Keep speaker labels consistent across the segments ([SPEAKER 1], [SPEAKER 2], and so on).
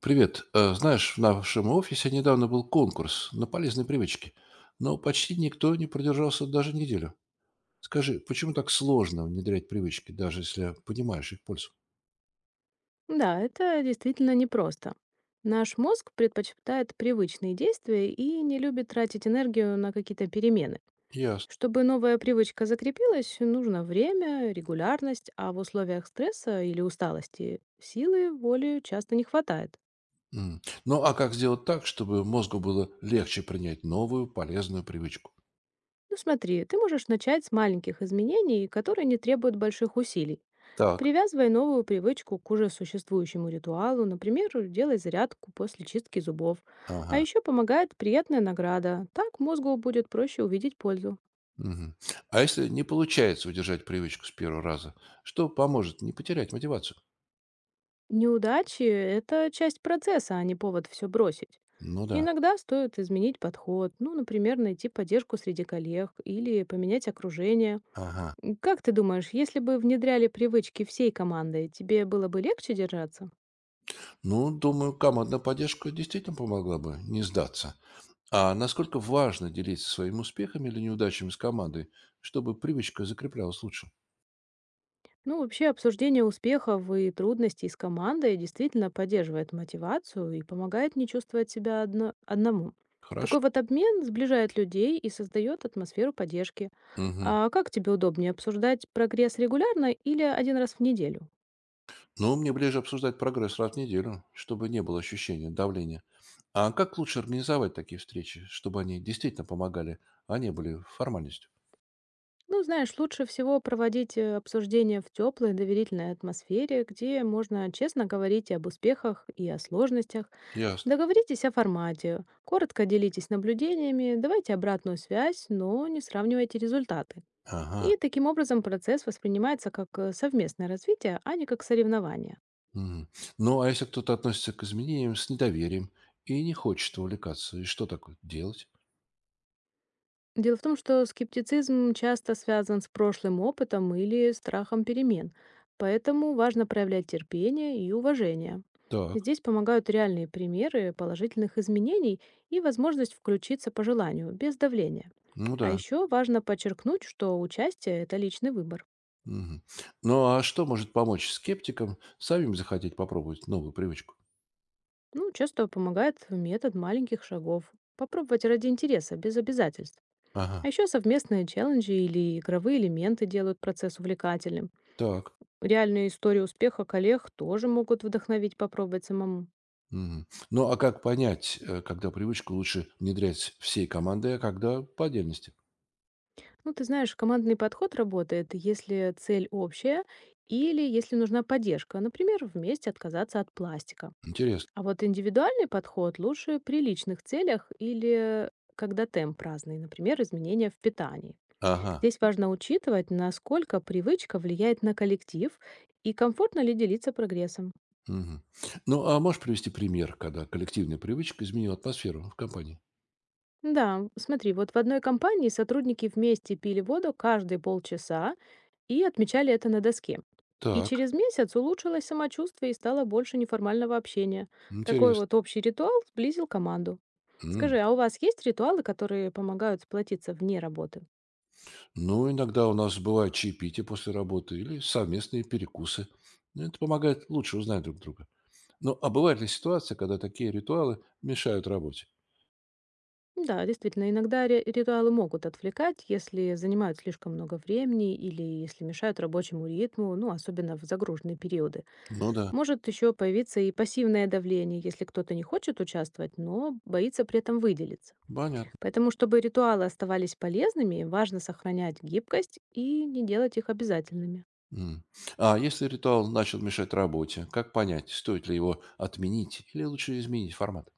[SPEAKER 1] Привет. Знаешь, в нашем офисе недавно был конкурс на полезные привычки, но почти никто не продержался даже неделю. Скажи, почему так сложно внедрять привычки, даже если понимаешь их пользу?
[SPEAKER 2] Да, это действительно непросто. Наш мозг предпочитает привычные действия и не любит тратить энергию на какие-то перемены.
[SPEAKER 1] Ясно.
[SPEAKER 2] Чтобы новая привычка закрепилась, нужно время, регулярность, а в условиях стресса или усталости силы воли часто не хватает.
[SPEAKER 1] М. Ну, а как сделать так, чтобы мозгу было легче принять новую полезную привычку?
[SPEAKER 2] Ну смотри, ты можешь начать с маленьких изменений, которые не требуют больших усилий.
[SPEAKER 1] Так.
[SPEAKER 2] Привязывай новую привычку к уже существующему ритуалу, например, делай зарядку после чистки зубов. А
[SPEAKER 1] Ага.
[SPEAKER 2] еще помогает приятная награда. Так мозгу будет проще увидеть пользу.
[SPEAKER 1] Мгм. А если не получается удержать привычку с первого раза, что поможет не потерять мотивацию?
[SPEAKER 2] Неудачи– это часть процесса, а не повод все бросить.
[SPEAKER 1] Ну да.
[SPEAKER 2] Иногда стоит изменить подход, ну, например, найти поддержку среди коллег или поменять окружение.
[SPEAKER 1] Ага.
[SPEAKER 2] Как ты думаешь, если бы внедряли привычки всей командой, тебе было бы легче держаться?
[SPEAKER 1] Ну, думаю, командная поддержка действительно помогла бы не сдаться. А насколько важно делиться своими успехами или неудачами с командой, чтобы привычка закреплялась лучше?
[SPEAKER 2] Ну, вообще обсуждение успехов и трудностей с командой действительно поддерживает мотивацию и помогает не чувствовать себя одному.
[SPEAKER 1] Хорошо.
[SPEAKER 2] Такой вот обмен сближает людей и создает атмосферу поддержки.
[SPEAKER 1] Мгм.
[SPEAKER 2] А как тебе удобнее обсуждать прогресс регулярно или один раз в неделю?
[SPEAKER 1] Ну, мне ближе обсуждать прогресс раз в неделю, чтобы не было ощущения давления. А как лучше организовать такие встречи, чтобы они действительно помогали, а не были формальностью?
[SPEAKER 2] Ну, знаешь, лучше всего проводить обсуждения в теплой, доверительной атмосфере, где можно честно говорить и об успехах, и о сложностях.
[SPEAKER 1] Ясно.
[SPEAKER 2] Договоритесь о формате, коротко делитесь наблюдениями, давайте обратную связь, но не сравнивайте результаты.
[SPEAKER 1] Ага.
[SPEAKER 2] И таким образом процесс воспринимается как совместное развитие, а не как соревнование.
[SPEAKER 1] Мгм. Ну, а если кто-то относится к изменениям с недоверием и не хочет увлекаться, и что такое делать?
[SPEAKER 2] Дело в том, что скептицизм часто связан с прошлым опытом или страхом перемен, поэтому важно проявлять терпение и уважение.
[SPEAKER 1] Так.
[SPEAKER 2] Здесь помогают реальные примеры положительных изменений и возможность включиться по желанию, без давления.
[SPEAKER 1] Ну
[SPEAKER 2] А
[SPEAKER 1] да.
[SPEAKER 2] еще важно подчеркнуть, что участие– это личный выбор.
[SPEAKER 1] Мгм. Ну, а что может помочь скептикам самим захотеть попробовать новую привычку?
[SPEAKER 2] Ну, часто помогает метод маленьких шагов. Попробовать ради интереса, без обязательств. А
[SPEAKER 1] Ага,
[SPEAKER 2] еще совместные челленджи или игровые элементы делают процесс увлекательным.
[SPEAKER 1] так.
[SPEAKER 2] Реальные истории успеха коллег тоже могут вдохновить попробовать самому.
[SPEAKER 1] Мгм. Ну, а как понять, когда привычку лучше внедрять всей командой, а когда по отдельности?
[SPEAKER 2] Ну, ты знаешь, командный подход работает, если цель общая или если нужна поддержка, например, вместе отказаться от пластика.
[SPEAKER 1] Интересно.
[SPEAKER 2] А вот индивидуальный подход лучше при личных целях или когда темп разный, например, изменения в питании.
[SPEAKER 1] Ага.
[SPEAKER 2] Здесь важно учитывать, насколько привычка влияет на коллектив и комфортно ли делиться прогрессом.
[SPEAKER 1] Мгм. Ну, а можешь привести пример, когда коллективная привычка изменила атмосферу в компании?
[SPEAKER 2] Да, смотри, вот в одной компании сотрудники вместе пили воду каждые полчаса, и отмечали это на доске. И
[SPEAKER 1] Так,
[SPEAKER 2] через месяц улучшилось самочувствие и стало больше неформального общения. Такой
[SPEAKER 1] интересно.
[SPEAKER 2] вот общий ритуал сблизил команду.
[SPEAKER 1] М.
[SPEAKER 2] Скажи, а у вас есть ритуалы, которые помогают сплотиться вне работы?
[SPEAKER 1] Ну, иногда у нас бывают чаепития после работы или совместные перекусы. Ну, это помогает лучше узнать друг друга. Ну, а бывает ли ситуация, когда такие ритуалы мешают работе?
[SPEAKER 2] Да, действительно, иногда ритуалы могут отвлекать, если занимают слишком много времени или если мешают рабочему ритму, ну, особенно в загруженные периоды.
[SPEAKER 1] Ну да,
[SPEAKER 2] Может еще появиться и пассивное давление, если кто-то не хочет участвовать, но боится при этом выделиться.
[SPEAKER 1] понятно.
[SPEAKER 2] Поэтому, чтобы ритуалы оставались полезными, важно сохранять гибкость и не делать их обязательными.
[SPEAKER 1] М. А если ритуал начал мешать работе, как понять, стоит ли его отменить или лучше изменить формат?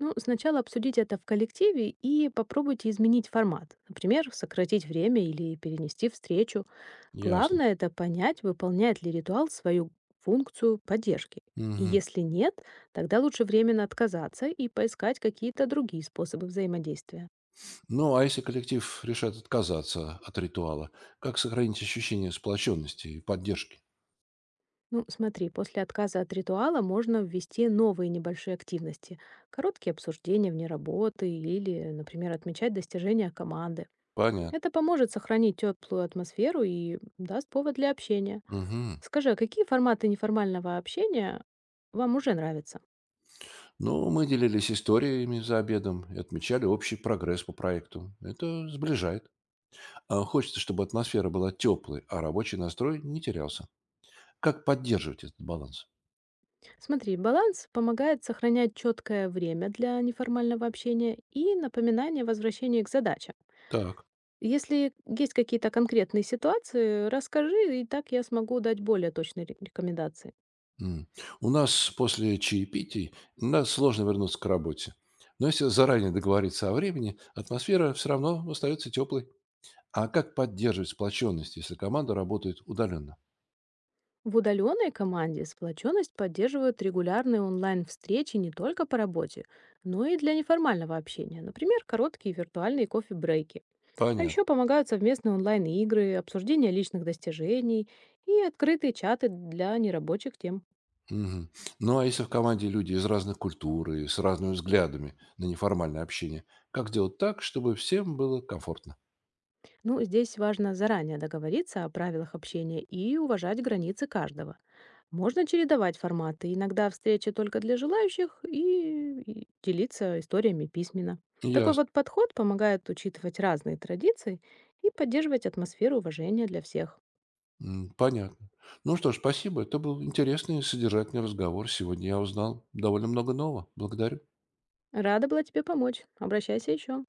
[SPEAKER 2] Ну, сначала обсудите это в коллективе и попробуйте изменить формат. Например, сократить время или перенести встречу.
[SPEAKER 1] Ясно.
[SPEAKER 2] Главное— это понять, выполняет ли ритуал свою функцию поддержки. И
[SPEAKER 1] Мгм.
[SPEAKER 2] если нет, тогда лучше временно отказаться и поискать какие-то другие способы взаимодействия.
[SPEAKER 1] Ну, а если коллектив решает отказаться от ритуала, как сохранить ощущение сплоченности и поддержки?
[SPEAKER 2] Ну, смотри, после отказа от ритуала можно ввести новые небольшие активности. Короткие обсуждения вне работы или, например, отмечать достижения команды.
[SPEAKER 1] Понятно.
[SPEAKER 2] Это поможет сохранить теплую атмосферу и даст повод для общения.
[SPEAKER 1] Мгм.
[SPEAKER 2] Скажи, а какие форматы неформального общения вам уже нравятся?
[SPEAKER 1] Ну, мы делились историями за обедом и отмечали общий прогресс по проекту. Это сближает. А хочется, чтобы атмосфера была теплой, а рабочий настрой не терялся. Как поддерживать этот баланс?
[SPEAKER 2] Смотри, баланс помогает сохранять четкое время для неформального общения и напоминание возвращения к задачам.
[SPEAKER 1] Так.
[SPEAKER 2] Если есть какие-то конкретные ситуации, расскажи, и так я смогу дать более точные рекомендации.
[SPEAKER 1] М. У нас после чаепитий нас сложно вернуться к работе. Но если заранее договориться о времени, атмосфера все равно остается теплой. А как поддерживать сплоченность, если команда работает удаленно?
[SPEAKER 2] В удаленной команде сплоченность поддерживают регулярные онлайн-встречи не только по работе, но и для неформального общения, например, короткие виртуальные кофе-брейки. А
[SPEAKER 1] Понятно.
[SPEAKER 2] еще помогают совместные онлайн-игры, обсуждение личных достижений и открытые чаты для нерабочих тем.
[SPEAKER 1] Мгм. Ну а если в команде люди из разных культур и с разными взглядами на неформальное общение, как сделать так, чтобы всем было комфортно?
[SPEAKER 2] Ну, здесь важно заранее договориться о правилах общения и уважать границы каждого. Можно чередовать форматы, иногда встречи только для желающих и делиться историями письменно. Такой
[SPEAKER 1] Ясно.
[SPEAKER 2] вот подход помогает учитывать разные традиции и поддерживать атмосферу уважения для всех.
[SPEAKER 1] М, понятно. Ну что ж, спасибо. Это был интересный и содержательный разговор. Сегодня я узнал довольно много нового. Благодарю.
[SPEAKER 2] Рада была тебе помочь. Обращайся еще.